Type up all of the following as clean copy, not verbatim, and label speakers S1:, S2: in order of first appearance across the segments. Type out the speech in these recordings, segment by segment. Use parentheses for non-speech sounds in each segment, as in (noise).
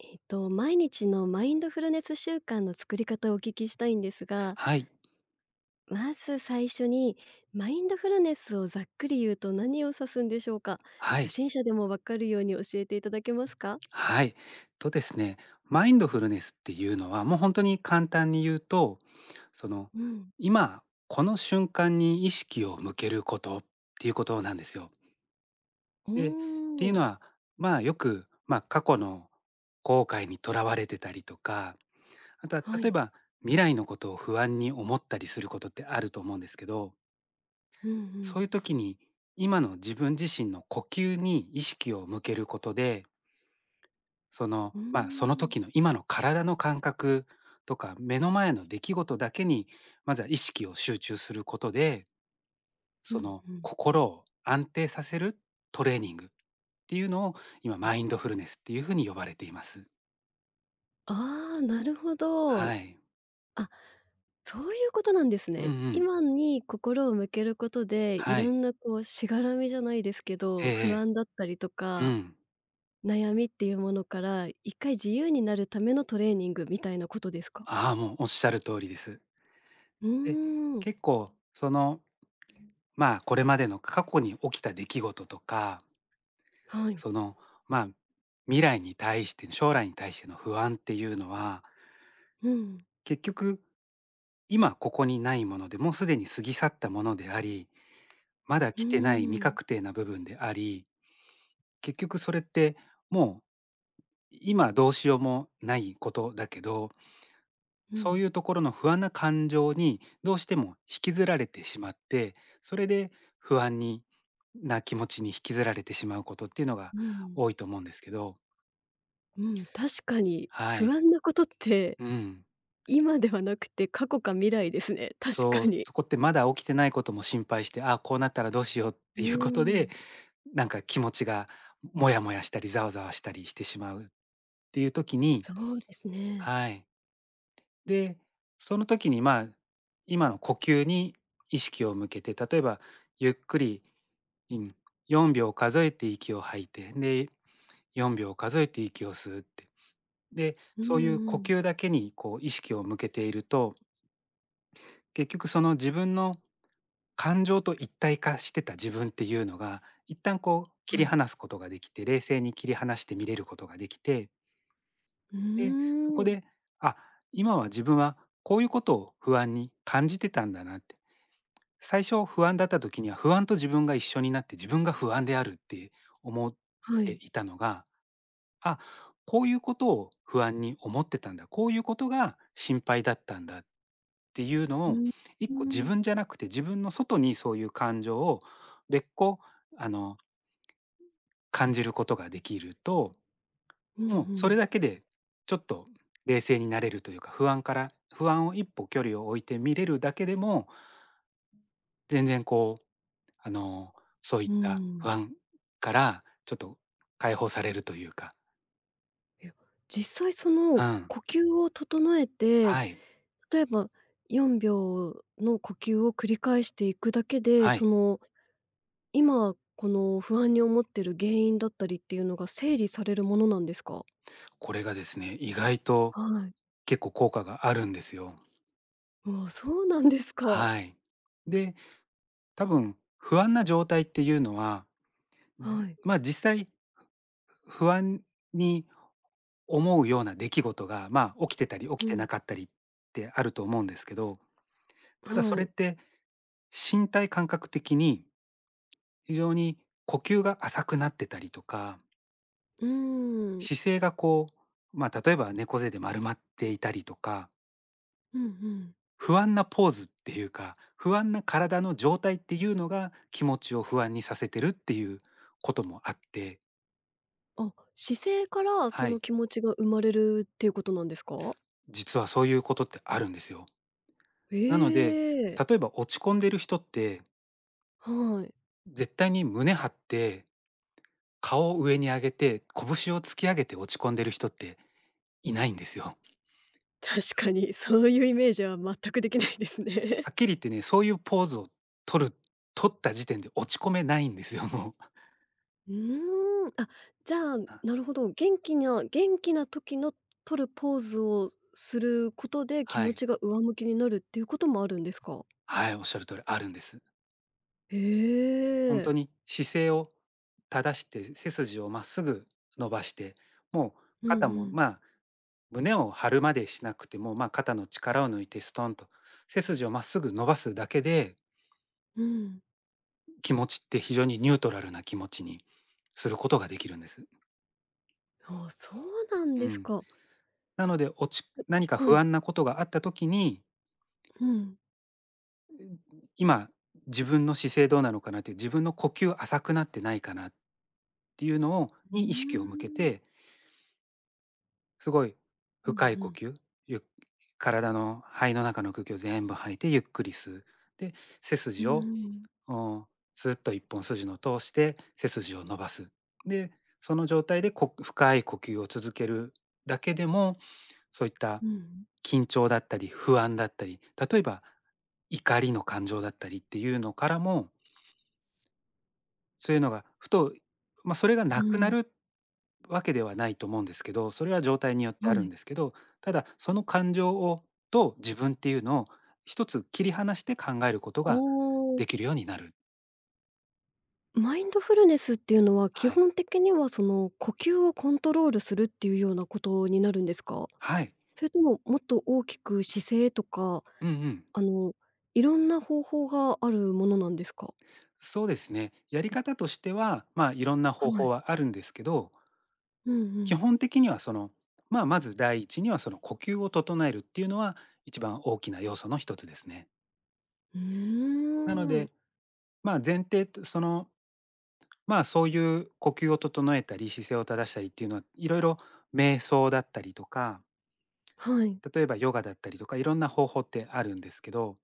S1: 毎日のマインドフルネス習慣の作り方をお聞きしたいんですが、
S2: はい、
S1: まず最初にマインドフルネスをざっくり言うと何を指すんでしょうか？
S2: は
S1: 初
S2: い、
S1: 心者でもわかるように教えていただけますか？
S2: はい。ですね、マインドフルネスっていうのは、もう本当に簡単に言うと、その、
S1: うん。
S2: 今、この瞬間に意識を向けることっていうことなんですよ。
S1: うー
S2: で、っていうの
S1: ん。
S2: は、まあよく、まあ過去の後悔にとらわれてたりとか、あとは
S1: は
S2: 例え
S1: い。
S2: ば未来のことを不安に思ったりすることってあると思うんですけど、
S1: うんう
S2: そうい
S1: ん。
S2: う時に今の自分自身の呼吸に意識を向けることで、
S1: うー
S2: まあ、その
S1: ん。
S2: 時の今の体の感覚とか、目の前の出来事だけに、まずは意識を集中することで、
S1: うん
S2: その
S1: うん。
S2: 心を安定させるトレーニングっていうのを、今マ
S1: あ、
S2: インドフルネスっていうふうに呼ばれています。
S1: ああ、なるほど。
S2: はい。
S1: あ、そういうことなんです
S2: うんう
S1: ね。
S2: ん。
S1: 今に心を向けることで、い
S2: は
S1: ろ
S2: い。
S1: んなこうしがらみじゃないですけ
S2: え
S1: ど、
S2: え
S1: 不安だったりと
S2: ええ。う
S1: か
S2: ん。
S1: 悩みっていうものから、一回自由になるためのトレーニングみたいなことですか？
S2: ああ、もうおっしゃる通りです。
S1: う
S2: で、
S1: ーん。
S2: 結構まあ、これまでの過去に起きた出来事とか
S1: はい。
S2: その、まあ、未来に対して将来に対しての不安っていうのは、
S1: うん。
S2: 結局今ここにないもので、もうすでに過ぎ去ったものであり、まだ
S1: うー
S2: 来てない未
S1: ん。
S2: 確定な部分であり、結局それってもう今どうしようもないことだけど、
S1: う
S2: そう
S1: ん。
S2: いうところの不安な感情にどうしても引きずられてしまって、それで不安にな気持ちに引きずられてしまうことっていうのが
S1: うん。
S2: 多いと思うんですけど。
S1: うん。確かに
S2: は
S1: 不
S2: い。
S1: 安なことって、
S2: うん。
S1: 今ではなくて過去か未来ですね、確
S2: そう、
S1: かに。
S2: そこってまだ起きてないことも心配して、ああ、こうなったらどうしようっ
S1: う
S2: ていうこと
S1: ーん。
S2: で、なんか気持ちがモヤモヤしたり、ざわざわしたりしてしまうっていう時に
S1: そうですね。
S2: はい。で、その時に、まあ、今の呼吸に意識を向けて、例えばゆっくり、うん、4秒数えて息を吐いて、で、4秒数えて息を吸うって。で、
S1: う
S2: そ
S1: ん
S2: ういう呼
S1: うん。
S2: 吸だけにこう意識を向けていると、結局その自分の感情と一体化してた自分っていうのが、一旦こう切
S1: は
S2: り
S1: い。
S2: 離すことができて、冷静に切り離して見れることができて、
S1: うー
S2: で、そこ
S1: ん。
S2: で、あ、今は自分はこういうことを不安に感じてたんだなって。最初不安だった時には不安と自分が一緒になって自分が不安であるって思っ
S1: は
S2: て
S1: い。
S2: いたのが、あ、こういうことを不安に思ってたんだ。こういうことが心配だったんだ。っていうの
S1: う
S2: を、
S1: ん。
S2: 一
S1: う
S2: 個自
S1: ん。
S2: 分じゃなくて、自分の外にそういう感情を別個、あの、感じることができると、
S1: うんう
S2: もうそれ
S1: ん。
S2: だけでちょっと冷静になれるというか、不安から不安を一歩距離を置いて見れるだけでも、全然こう、あの、そういっ
S1: うー
S2: た不
S1: ん。
S2: 安からちょっと解放されるというか、
S1: いや、実際そ
S2: う
S1: の
S2: ん、
S1: 呼吸を整えて、
S2: はい、
S1: 例えば4秒の呼吸を繰り返していくだけで、
S2: は
S1: そ
S2: い。
S1: の、今この不安に思ってる原因だったりっていうのが整理されるものなんですか？
S2: これがですね、意外と
S1: はい。
S2: 結構効果があるんですよ。
S1: ああ、そうなんですか。
S2: はい。で多分、不安な状態っていうのは、
S1: はい。
S2: ま、実際不安に思うような出来事が、ま、起きてたり起き
S1: う
S2: てな
S1: ん。
S2: かったりってあると思うんですけど、ただそ
S1: は
S2: れっ
S1: い。
S2: て身体感覚的に非常に呼吸が浅くなってたりとか、
S1: うーん。
S2: 姿勢がこう、ま、例えば猫背で丸まっていたりとか、
S1: うんうん。
S2: 不安なポーズっていうか、不安な体の状態っていうのが気持ちを不安にさせてるっていうこともあって、
S1: あ、姿勢からそ
S2: は
S1: の
S2: い。
S1: 気持ちが生まれるっていうことなんですか？
S2: 実はそういうことってあるんですよ。なので、
S1: ええ。
S2: 例えば落ち込んでる人って、
S1: はい。
S2: 絶対に胸張って、顔を上に上げて、拳を突き上げて落ち込んでる人っていないんですよ。
S1: 確かにそういうイメージは全くできないですね。
S2: はっきり言ってね、そういうポーズを取る取った時点で落ち込めないんですよ、もう。
S1: うーん、あ、じゃあ、
S2: あ、
S1: なるほど、元気な元気な時の取るポーズをすることで、気
S2: は
S1: 持
S2: い。
S1: ちが上向きになるっていうこともあるんですか？
S2: はい、おっしゃる通りあるんです。
S1: へ
S2: 本
S1: え。
S2: 当に姿勢を正して、背筋をまっすぐ伸ばして、もう
S1: うん
S2: 肩
S1: う
S2: も
S1: ん。
S2: まあ胸を張るまでしなくても、まあ、肩の力を抜いてストンと背筋をまっすぐ伸ばすだけで
S1: うん。
S2: 気持ちって非常にニュートラルな気持ちにすることができるんです。
S1: あ、そうなん
S2: う
S1: です
S2: ん、
S1: か。
S2: なので落ち何か
S1: は
S2: 不
S1: い。
S2: 安なことがあった時に
S1: うん。
S2: 今自分の姿勢どうなのかなっていう自分の呼吸浅くなってないかなっていうのを
S1: う
S2: に意識を向け
S1: ーん。
S2: てすごい
S1: うんう
S2: 深い呼
S1: ん。
S2: 吸ゆっ体の肺の中の空気を全部吐いてゆっくり吸うで背
S1: う
S2: 筋を
S1: ん。
S2: うん、スッと一本筋の通して背筋を伸ばす。で、その状態でこ深い呼吸を続けるだけでも、そういった
S1: うん。
S2: 緊張だったり不安だったり、例えば怒りの感情だったりっていうのからも、そういうのがふと、まあ、それが
S1: う
S2: なくな
S1: ん。
S2: るわけではないと思うんですけど、それは状態によって
S1: は
S2: あるん
S1: い。
S2: ですけど、ただその感情をと自分っていうのを一つ切り離して考えること
S1: お
S2: が
S1: お、
S2: できるようになる。
S1: マインドフルネスっていうのは、基
S2: はい。
S1: 本的にはその呼吸をコントロールするっていうようなことになるんですか？
S2: はい。
S1: それとも、もっと大きく姿勢とか、
S2: うんうん。
S1: あの、いろんな方法があるものなんですか？
S2: そうですね。やり方としては、まあ、いろんな方
S1: は
S2: 法
S1: い。
S2: はあるんですけど、
S1: うんう
S2: 基
S1: ん。
S2: 本的にはその、まあ、まず第一にはその呼吸を整えるっていうのは一番大きな要素の一つですね。
S1: うー
S2: なの
S1: ん。
S2: で、まあ、前提とその、まあ、そういう呼吸を整えたり姿勢を正したりっていうのはいろいろ瞑想だったりとか
S1: はい。
S2: 例えばヨガだったりとかいろんな方法ってあるんですけど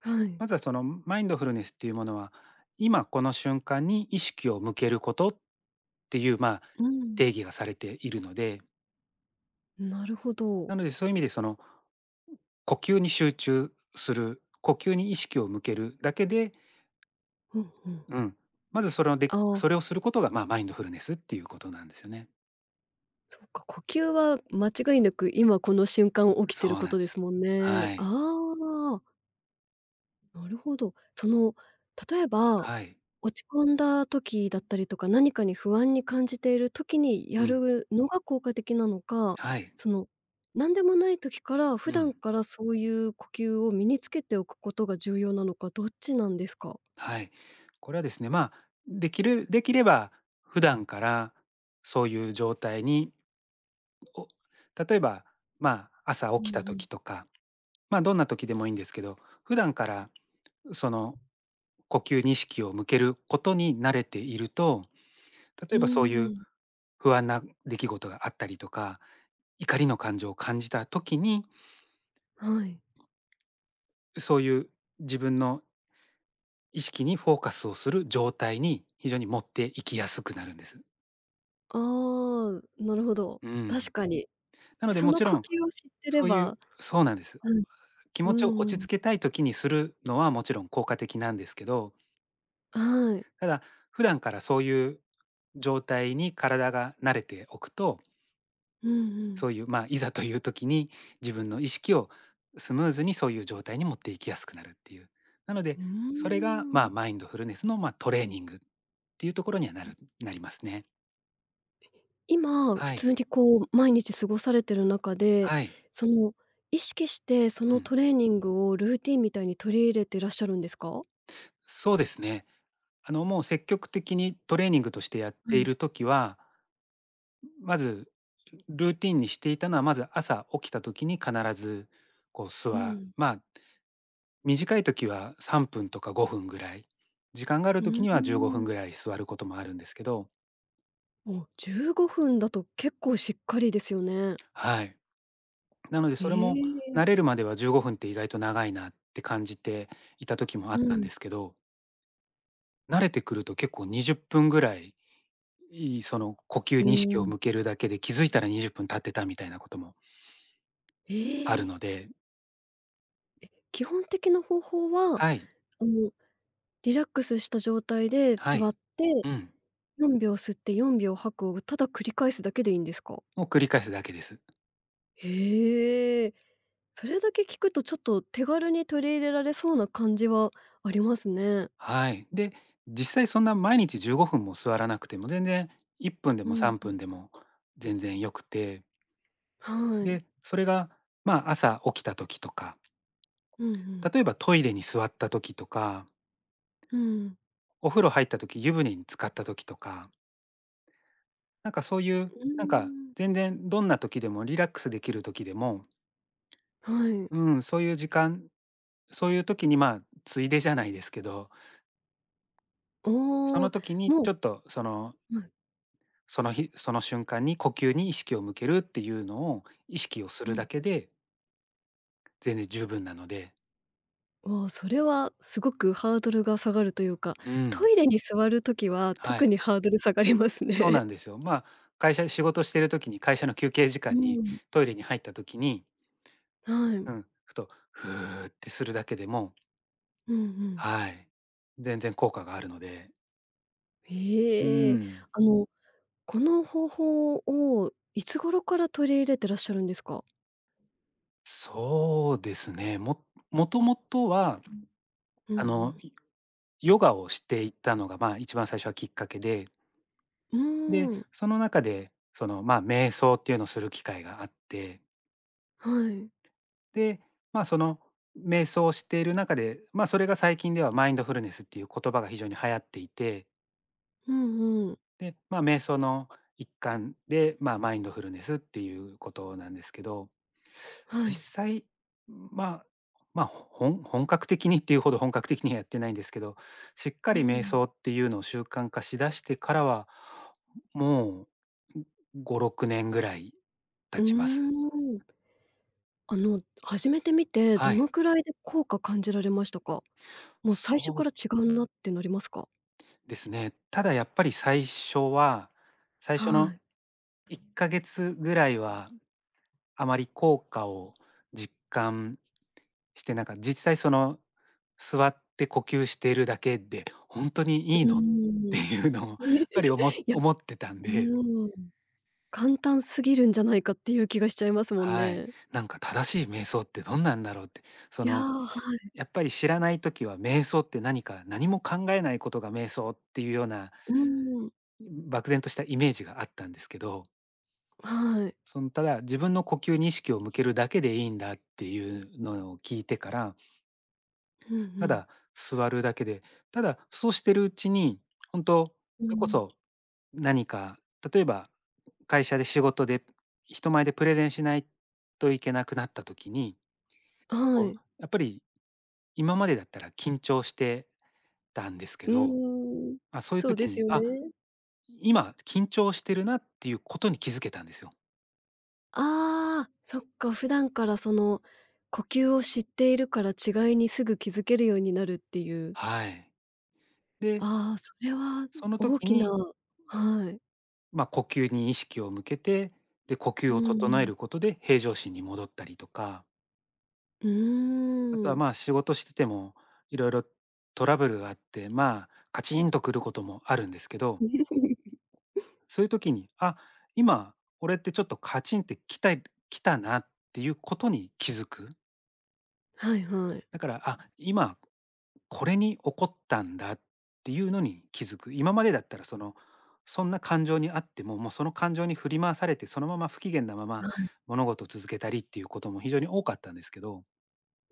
S1: はい。
S2: まずはそのマインドフルネスっていうものは、今この瞬間に意識を向けることっていう、まあ、
S1: うん、
S2: 定義がされているので、
S1: なるほど。
S2: なのでそういう意味でその呼吸に集中する、呼吸に意識を向けるだけで、
S1: うんうん。
S2: うん、まず
S1: ああ、
S2: それをすることが、まあ、マインドフルネスっていうことなんですよね。
S1: そうか、呼吸は間違いなく今この瞬間起きてる
S2: そう
S1: こ
S2: なん
S1: と
S2: で
S1: です
S2: す。
S1: もんね。
S2: はい。
S1: ああ。なるほど。その、例えば、
S2: はい。
S1: 落ち込んだ時だったりとか、何かに不安に感じている時に
S2: う
S1: や
S2: ん。
S1: るのが効果的なのか、
S2: はい。
S1: その、何でもない時から、普
S2: う
S1: 段
S2: ん。
S1: からそういう呼吸を身につけておくことが重要なのか、どっちなんですか？
S2: はい。これはですね、まあ、できれば普段からそういう状態にお例えば、まあ、朝
S1: う
S2: 起き
S1: んう
S2: た
S1: ん。
S2: 時とか、まあ、どんな時でもいいんですけど、普段からその呼吸に意識を向けることに慣れていると、
S1: う
S2: 例
S1: ー
S2: えばそういう
S1: ん。
S2: 不安な出来事があったりとか、怒りの感情を感じた時に、
S1: はい。
S2: そういう自分の意識にフォーカスをする状態に非常に持っていきやすくなるんです。
S1: ああ、なるほど。
S2: う
S1: 確
S2: ん。
S1: かに。
S2: なので
S1: そ
S2: も
S1: の
S2: ちろ
S1: 呼
S2: ん、
S1: 吸を知ってれ
S2: そういう
S1: ば、
S2: そうなんです。
S1: うん、
S2: 気
S1: う
S2: 持ちを
S1: ん
S2: 落
S1: う
S2: ち
S1: ん。
S2: 着けたい時にするのはもちろん効果的なんですけど
S1: はい。
S2: ただ、普段からそういう状態に体が慣れておくと、
S1: うんうん。
S2: そういう、まあ、いざという時に自分の意識をスムーズにそういう状態に持っていきやすくなるっていう。なの
S1: う
S2: で、それが、ま
S1: ーん。
S2: あ、マインドフルネスの、まあ、トレーニングっていうところにはなりますね。
S1: 今、普
S2: はい。
S1: 通にこう毎日過ごされてる中で、
S2: はい。
S1: その、意識してそ
S2: う
S1: の
S2: ん。
S1: トレーニングをルーティンみたいに取り入れてらっしゃるんですか？
S2: そうですね。もう積極的にトレーニングとしてやっ
S1: は
S2: てい
S1: い。
S2: る時は、まず、ルーティンにしていたのは、まず朝起きた時に必ず、こう、
S1: うん。
S2: まあ、短い時は3分とか5分ぐらい、時間がある
S1: う
S2: 時
S1: ー
S2: には15分
S1: ん。
S2: ぐらい座ることもあるんですけど、
S1: お、15分だと結構しっかりですよね。
S2: はい。なので
S1: え
S2: それも慣れ
S1: え。
S2: るまでは15分って意外と長いなって感じていた時もあ
S1: う
S2: ったん
S1: ん。
S2: ですけど、慣れてくると結構20分ぐらい、その呼吸
S1: お
S2: に意識を
S1: お。
S2: 向けるだけで気づいたら20分経ってたみたいなことも
S1: え
S2: ある
S1: え。
S2: ので。
S1: 基本的な方法は、
S2: はい、
S1: あの、リラックスした状態で
S2: は
S1: 座
S2: い。
S1: って、
S2: うん。
S1: 4秒吸って4秒吐くをただ繰り返すだけでいいんですか？
S2: を繰り返すだけです。
S1: へえ。それだけ聞くとちょっと手軽に取り入れられそうな感じはありますね。
S2: はい。で、実際そんな毎日15分も座らなくても、全然1分で
S1: う
S2: も
S1: ん。
S2: 3分でも全然良くて、
S1: はい。
S2: で、それが、朝起きた時とか、
S1: うんうん。
S2: 例えばトイレに座った時とか、
S1: うん。
S2: お風呂入った時、湯船に浸かった時とか、なんかそういう、
S1: うー
S2: なんか
S1: ん。
S2: 全然どんな時でもリラックスできる時でも、
S1: はい。
S2: うん、そういう時間、そういう時に、ついでじゃないですけど、そ
S1: お
S2: の
S1: お、
S2: 時に
S1: も
S2: ち
S1: う、
S2: ょっとその
S1: はい。
S2: その日、その瞬間に呼吸に意識を向けるっていうのを意識をす
S1: う
S2: るだ
S1: ん。
S2: けで全然十分なので。
S1: ああ、それはすごくハードルが下がるというか、
S2: うん、
S1: トイレに座る時は
S2: は
S1: 特
S2: い、
S1: にハードル下がります
S2: そう
S1: ね。
S2: なんですよ。まあ、会社仕事してる時に会社の休憩時
S1: (laughs) う
S2: 間に
S1: ん。
S2: トイレに入った時に、
S1: はい。
S2: うん、ふと「ふー」ってするだけでも、
S1: うんうん。
S2: はい、全然効果があるので。う
S1: へえ。
S2: ん、
S1: あの、この方法をいつ頃から取り入れてらっしゃるんですか？
S2: そうですね。もともとは、
S1: うんう
S2: あの、
S1: ん。
S2: ヨガをしていったのが、まあ、一番最初はきっかけで
S1: う
S2: で、
S1: ーん。
S2: その中で、その、まあ、瞑想っていうのをする機会があって、
S1: はい。
S2: で、まあ、その瞑想をしている中で、まあ、それが最近ではマインドフルネスっていう言葉が非常に流行っていて、
S1: うんうん。
S2: で、まあ、瞑想の一環で、まあ、マインドフルネスっていうことなんですけど、
S1: は
S2: 実
S1: い。
S2: 際、まあ、まあ、本格的にっていうほど本格的にはやってないんですけど、しっか
S1: う
S2: り瞑
S1: ん。
S2: 想っていうのを習慣化しだしてからは、もう、5、6年ぐらい経
S1: うー
S2: ちます。
S1: ん。あの、始めてみて、ど
S2: は
S1: の
S2: い。
S1: くらいで効果感じられましたか？もう最初
S2: そ
S1: か
S2: う
S1: ら違うなってなりますか？
S2: ですね。ただやっぱり最初は、最初
S1: は
S2: の
S1: い。
S2: 1ヶ月ぐらいはあまり効果を実感して、なんか実際その、座って呼吸しているだけで、本当にい
S1: う
S2: い
S1: ー
S2: のって
S1: ん。
S2: いうのをやっ
S1: (laughs) ね、
S2: ぱり
S1: いや、
S2: 思ってたん
S1: う
S2: で、
S1: ーん、簡単すぎるんじゃないかっていう気がしちゃいます
S2: (laughs)
S1: もん
S2: はい。
S1: ね。
S2: なんか正しい瞑想ってどんなんだろうって、そ
S1: いや、
S2: の、
S1: はい。
S2: やっぱり知らない時は瞑想って何か、何も考えないことが瞑想っていうような、
S1: うーん。
S2: 漠然としたイメージがあったんですけど、
S1: はい。
S2: その、ただ自分の呼吸に意識を向けるだけでいいんだっていうのを聞いてから
S1: うんう
S2: た
S1: ん。
S2: だ座るだけで、ただそうしてるうちに、本当
S1: う
S2: それこ
S1: ん。
S2: そ何か、例えば会社で仕事で人前でプレゼンしないといけなくなった時に、
S1: は
S2: こ
S1: い。
S2: う、やっぱり今までだったら緊張してたんですけ
S1: う
S2: ど、
S1: ーん。
S2: あそういう
S1: そう
S2: 時
S1: です
S2: に、
S1: よ
S2: あ、
S1: ね。
S2: 今緊張してるなっていうことに気づけたんですよ。
S1: ああ、そっか、普段からその呼吸を知っているから違いにすぐ気づけるようになるっていう。
S2: はい。で、
S1: ああ、それは
S2: その
S1: 大
S2: 時
S1: きな、
S2: に、
S1: はい。
S2: まあ、呼吸に意識を向けて、で、呼
S1: う
S2: 吸を
S1: んう
S2: 整え
S1: ん。
S2: ることで平常心に戻ったりとか
S1: ー
S2: あとは、
S1: ん。
S2: まあ、仕事しててもいろいろトラブルがあって、まあ、カチンとくることもあるんですけど、
S1: (laughs)
S2: そういう時に、あ、今、俺ってちょっとカチンってきたなっていうことに気づく。
S1: はいはい。
S2: だから、あ、今これに起こったんだっていうのに気づく。今までだったら、その、そんな感情にあっても、もうその感情に振り回されて、そのまま不機嫌なま
S1: は
S2: ま
S1: い。
S2: 物事を続けたりっていうことも非常に多かったんですけど。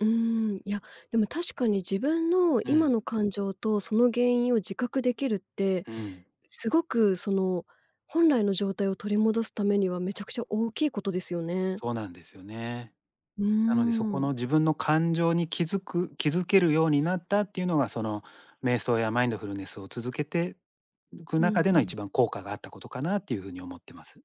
S1: うーん、いや、でも確かに自分の
S2: う
S1: 今
S2: ん、
S1: の感情とその原因を自覚できるって、
S2: うん、
S1: すごくその本来の状態を取り戻すためにはめちゃくちゃ大きいことですよね。
S2: そうなんですよね。
S1: うー
S2: なので、そこ
S1: ん。
S2: の自分の感情に気づけるようになったっていうのが、その瞑想やマインドフルネスを続けていく
S1: うんう
S2: 中での
S1: ん。
S2: 一番効果があったことかなっていうふうに思ってます。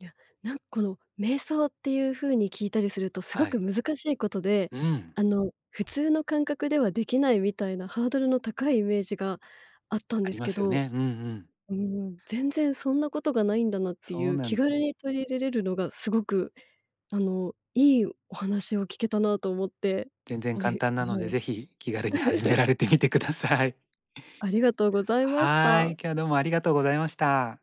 S1: いや、なんこの瞑想っていう風に聞いたりすると、すご
S2: は
S1: く
S2: い。
S1: 難しいことで、
S2: うん。
S1: あの、普通の感覚ではできないみたいなハードルの高いイメージがあったん
S2: あ
S1: で
S2: り
S1: す
S2: ま
S1: け
S2: すよ
S1: ど、
S2: ね。うんうん。
S1: うーん、全然そんなことがないんだなってい
S2: そう
S1: う、
S2: なん
S1: 気
S2: です。
S1: 軽に取り入れれるのがすごく、あの、いいお話を聞けたなと思って、
S2: 全然
S1: お
S2: 簡
S1: べ
S2: 単なので、
S1: もう、
S2: ぜひ気軽に始め
S1: (laughs)
S2: られてみてください。
S1: ありがとうございまし
S2: は
S1: た。
S2: い。今日はどうもありがとうございました。